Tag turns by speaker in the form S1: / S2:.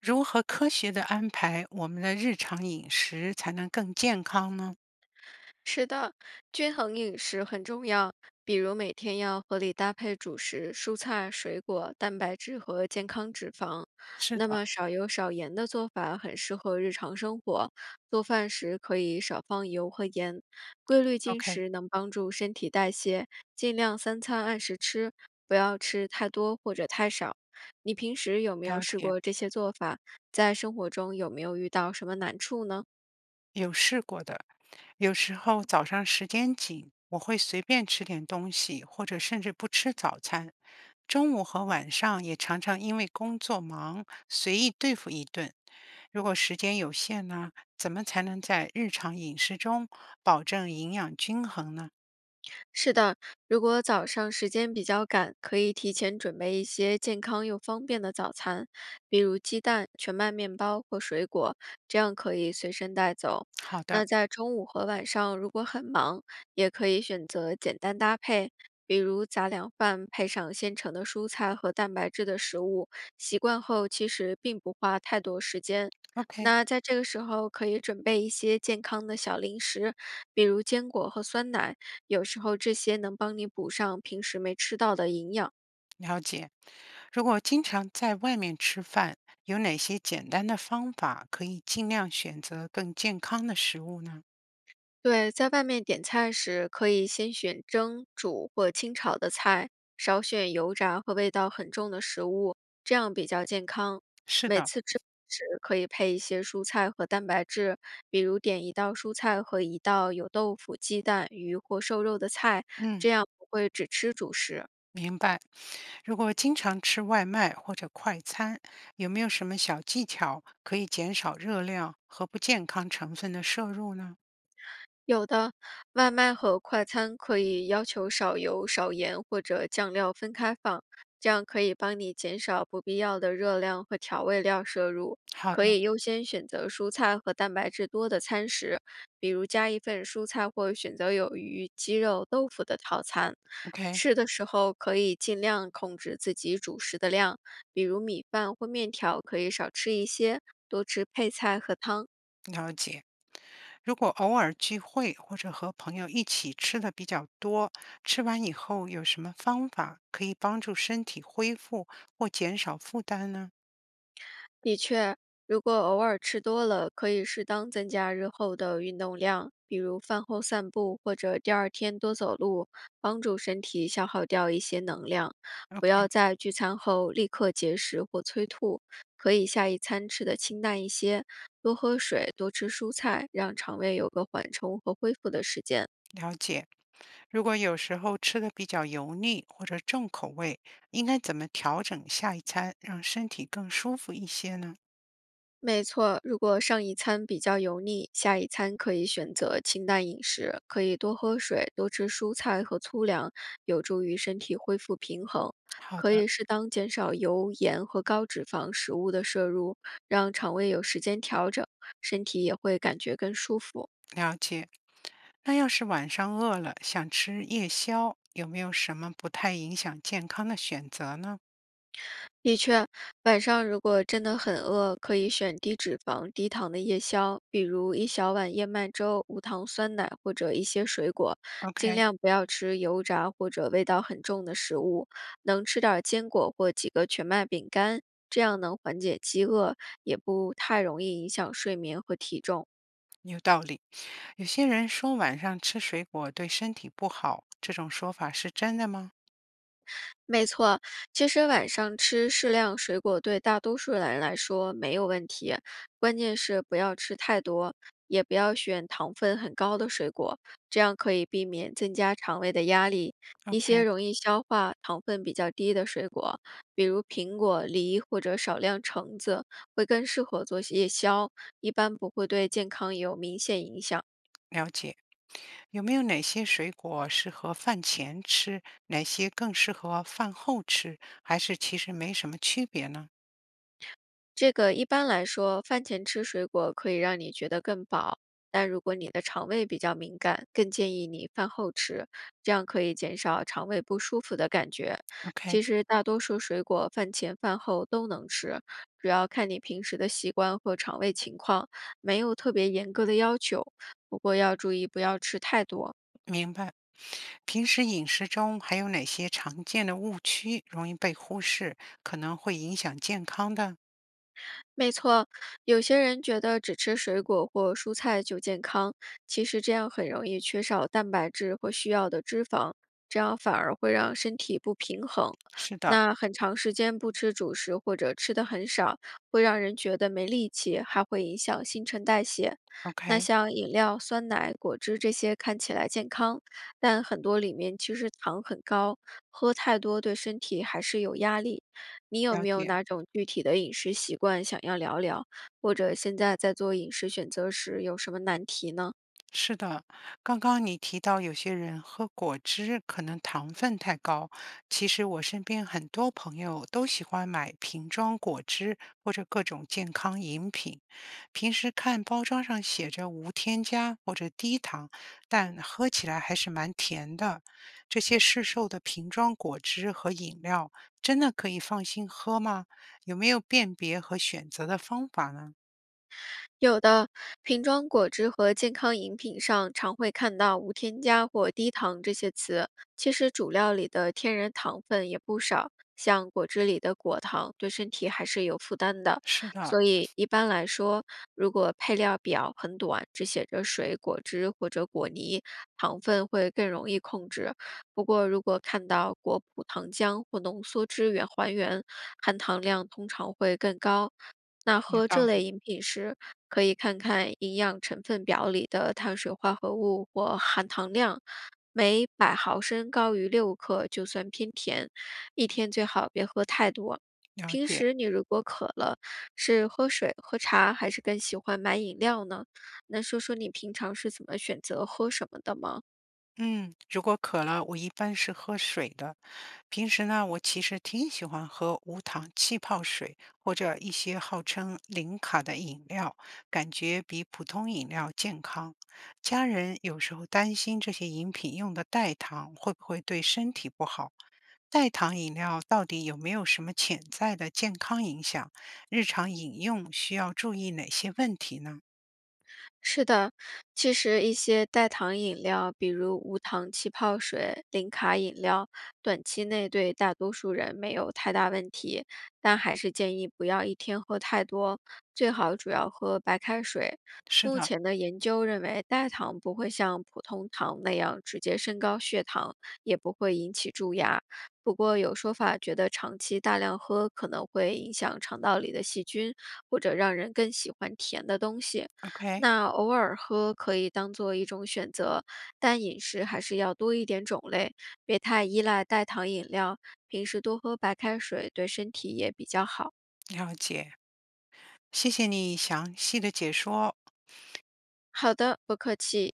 S1: 如何科学的安排我们的日常饮食才能更健康呢？
S2: 是的，均衡饮食很重要，比如每天要合理搭配主食、蔬菜、水果、蛋白质和健康脂肪。
S1: 是
S2: 那
S1: 的
S2: 么少油少盐的做法很适合日常生活，做饭时可以少放油和盐。规律进
S1: ，OK，
S2: 食能帮助身体代谢，尽量三餐按时吃，不要吃太多或者太少。你平时有没有
S1: 了
S2: 试
S1: 解，
S2: 过这些做法？在生活中有没有遇到什么难处呢？
S1: 有试过的。有时候早上时间紧，我会随便吃点东西，或者甚至不吃早餐。中午和晚上也常常因为工作忙，随意对付一顿。如果时间有限呢，怎么才能在日常饮食中保证营养均衡呢？
S2: 是的，如果早上时间比较赶，可以提前准备一些健康又方便的早餐，比如鸡蛋、全麦面包或水果，这样可以随身带走。
S1: 好的
S2: 那在中午和晚上，如果很忙，也可以选择简单搭配，比如杂粮饭配上现成的蔬菜和蛋白质的食物。习惯后，其实并不花太多时间。
S1: ，OK。
S2: 那在这个时候，可以准备一些健康的小零食，比如坚果和酸奶。有时候这些能帮你补上平时没吃到的营养。
S1: 了解，如果经常在外面吃饭，有哪些简单的方法可以尽量选择更健康的食物呢？
S2: 对，在外面点菜时，可以先选蒸、煮或清炒的菜，少选油炸和味道很重的食物，这样比较健康。
S1: 是的，
S2: 是可以配一些蔬菜和蛋白质，比如点一道蔬菜和一道有豆腐、鸡蛋、鱼或瘦肉的菜，
S1: 嗯，
S2: 这样不会只吃主食。
S1: 明白。如果经常吃外卖或者快餐，有没有什么小技巧可以减少热量和不健康成分的摄入呢？
S2: 有的，外卖和快餐可以要求少油、少盐或者酱料分开放，这样可以帮你减少不必要的热量和调味料摄入。
S1: 好
S2: 可
S1: 的
S2: 以优先选择蔬菜和蛋白质多的餐食，比如加一份蔬菜或选择有鱼、鸡肉、豆腐的套餐。
S1: ，OK。
S2: 吃的时候可以尽量控制自己主食的量，比如米饭或面条可以少吃一些，多吃配菜和汤。
S1: 了解。如果偶尔聚会或者和朋友一起吃的比较多，吃完以后有什么方法可以帮助身体恢复或减少负担呢
S2: 的确，如果偶尔吃多了，可以适当增加日后的运动量，比如饭后散步或者第二天多走路，帮助身体消耗掉一些能量。不
S1: ？OK，
S2: 要在聚餐后立刻节食或催吐，可以下一餐吃的清淡一些，多喝水，多吃蔬菜，让肠胃有个缓冲和恢复的时间。
S1: 了解。如果有时候吃的比较油腻或者重口味，应该怎么调整下一餐，让身体更舒服一些呢？
S2: 没错，如果上一餐比较油腻，下一餐可以选择清淡饮食，可以多喝水，多吃蔬菜和粗粮，有助于身体恢复平衡。
S1: 好
S2: 可
S1: 的，
S2: 以适当减少油、盐和高脂肪食物的摄入，让肠胃有时间调整，身体也会感觉更舒服。
S1: 了解。那要是晚上饿了想吃夜宵，有没有什么不太影响健康的选择呢
S2: 的确，晚上如果真的很饿，可以选低脂肪、低糖的夜宵，比如一小碗燕麦粥、无糖酸奶或者一些水果。尽
S1: ？OK，
S2: 量不要吃油炸或者味道很重的食物，能吃点儿坚果或几个全麦饼干，这样能缓解饥饿，也不太容易影响睡眠和体重。
S1: 有道理，有些人说晚上吃水果对身体不好，这种说法是真的吗
S2: 没错，其实晚上吃适量水果对大多数人来说没有问题，关键是不要吃太多，也不要选糖分很高的水果，这样可以避免增加肠胃的压力。一些
S1: ？OK，
S2: 容易消化、糖分比较低的水果，比如苹果、梨或者少量橙子，会更适合做夜宵，一般不会对健康有明显影响。
S1: 了解。有没有哪些水果适合饭前吃，哪些更适合饭后吃，还是其实没什么区别呢
S2: 这个一般来说，饭前吃水果可以让你觉得更饱，但如果你的肠胃比较敏感，更建议你饭后吃，这样可以减少肠胃不舒服的感觉。
S1: ？OK，
S2: 其实大多数水果饭前饭后都能吃，主要看你平时的习惯和肠胃情况，没有特别严格的要求。不过要注意不要吃太多。
S1: 明白。平时饮食中还有哪些常见的误区容易被忽视，可能会影响健康的？
S2: 没错，有些人觉得只吃水果或蔬菜就健康，其实这样很容易缺少蛋白质或需要的脂肪，这样反而会让身体不平衡。
S1: 是的
S2: 那很长时间不吃主食或者吃的很少，会让人觉得没力气，还会影响新陈代谢。那
S1: ，OK，
S2: 像饮料、酸奶、果汁这些看起来健康，但很多里面其实糖很高，喝太多对身体还是有压力。你有
S1: 了
S2: 没有
S1: 解。
S2: 哪种具体的饮食习惯想要聊聊？或者现在在做饮食选择时有什么难题呢？
S1: 是的，刚刚你提到有些人喝果汁可能糖分太高，其实我身边很多朋友都喜欢买瓶装果汁或者各种健康饮品。平时看包装上写着无添加或者低糖，但喝起来还是蛮甜的。这些市售的瓶装果汁和饮料真的可以放心喝吗？有没有辨别和选择的方法呢？
S2: 有的瓶装果汁和健康饮品上常会看到无添加或低糖这些词，其实主料里的天然糖分也不少，像果汁里的果糖对身体还是有负担的。
S1: 是的，
S2: 所以一般来说，如果配料表很短，只写着水果汁或者果泥，糖分会更容易控制。不过如果看到果脯糖浆或浓缩汁原还原，含糖量通常会更高。那
S1: 有
S2: 喝
S1: 道
S2: 这
S1: 理，
S2: 类饮品时，可以看看营养成分表里的碳水化合物或含糖量，每百毫升高于6克就算偏甜，一天最好别喝太多。
S1: 了
S2: 平
S1: 解。
S2: 时你如果渴了，是喝水、喝茶，还是更喜欢买饮料呢？能说说你平常是怎么选择喝什么的吗？
S1: 嗯，如果渴了，我一般是喝水的。平时呢，我其实挺喜欢喝无糖气泡水或者一些号称零卡的饮料，感觉比普通饮料健康。家人有时候担心这些饮品用的代糖会不会对身体不好，代糖饮料到底有没有什么潜在的健康影响？日常饮用需要注意哪些问题呢？
S2: 是的，其实一些代糖饮料，比如无糖气泡水、零卡饮料，短期内对大多数人没有太大问题，但还是建议不要一天喝太多，最好主要喝白开水。
S1: 是
S2: 目
S1: 的
S2: 前的研究认为，代糖不会像普通糖那样直接升高血糖，也不会引起蛀牙。不过有说法觉得长期大量喝可能会影响肠道里的细菌，或者让人更喜欢甜的东西。
S1: ，OK，
S2: 那偶尔喝可以当做一种选择，但饮食还是要多一点种类，别太依赖代糖饮料。平时多喝白开水对身体也比较好。
S1: 了解。谢谢你详细的解说，
S2: 好的，不客气。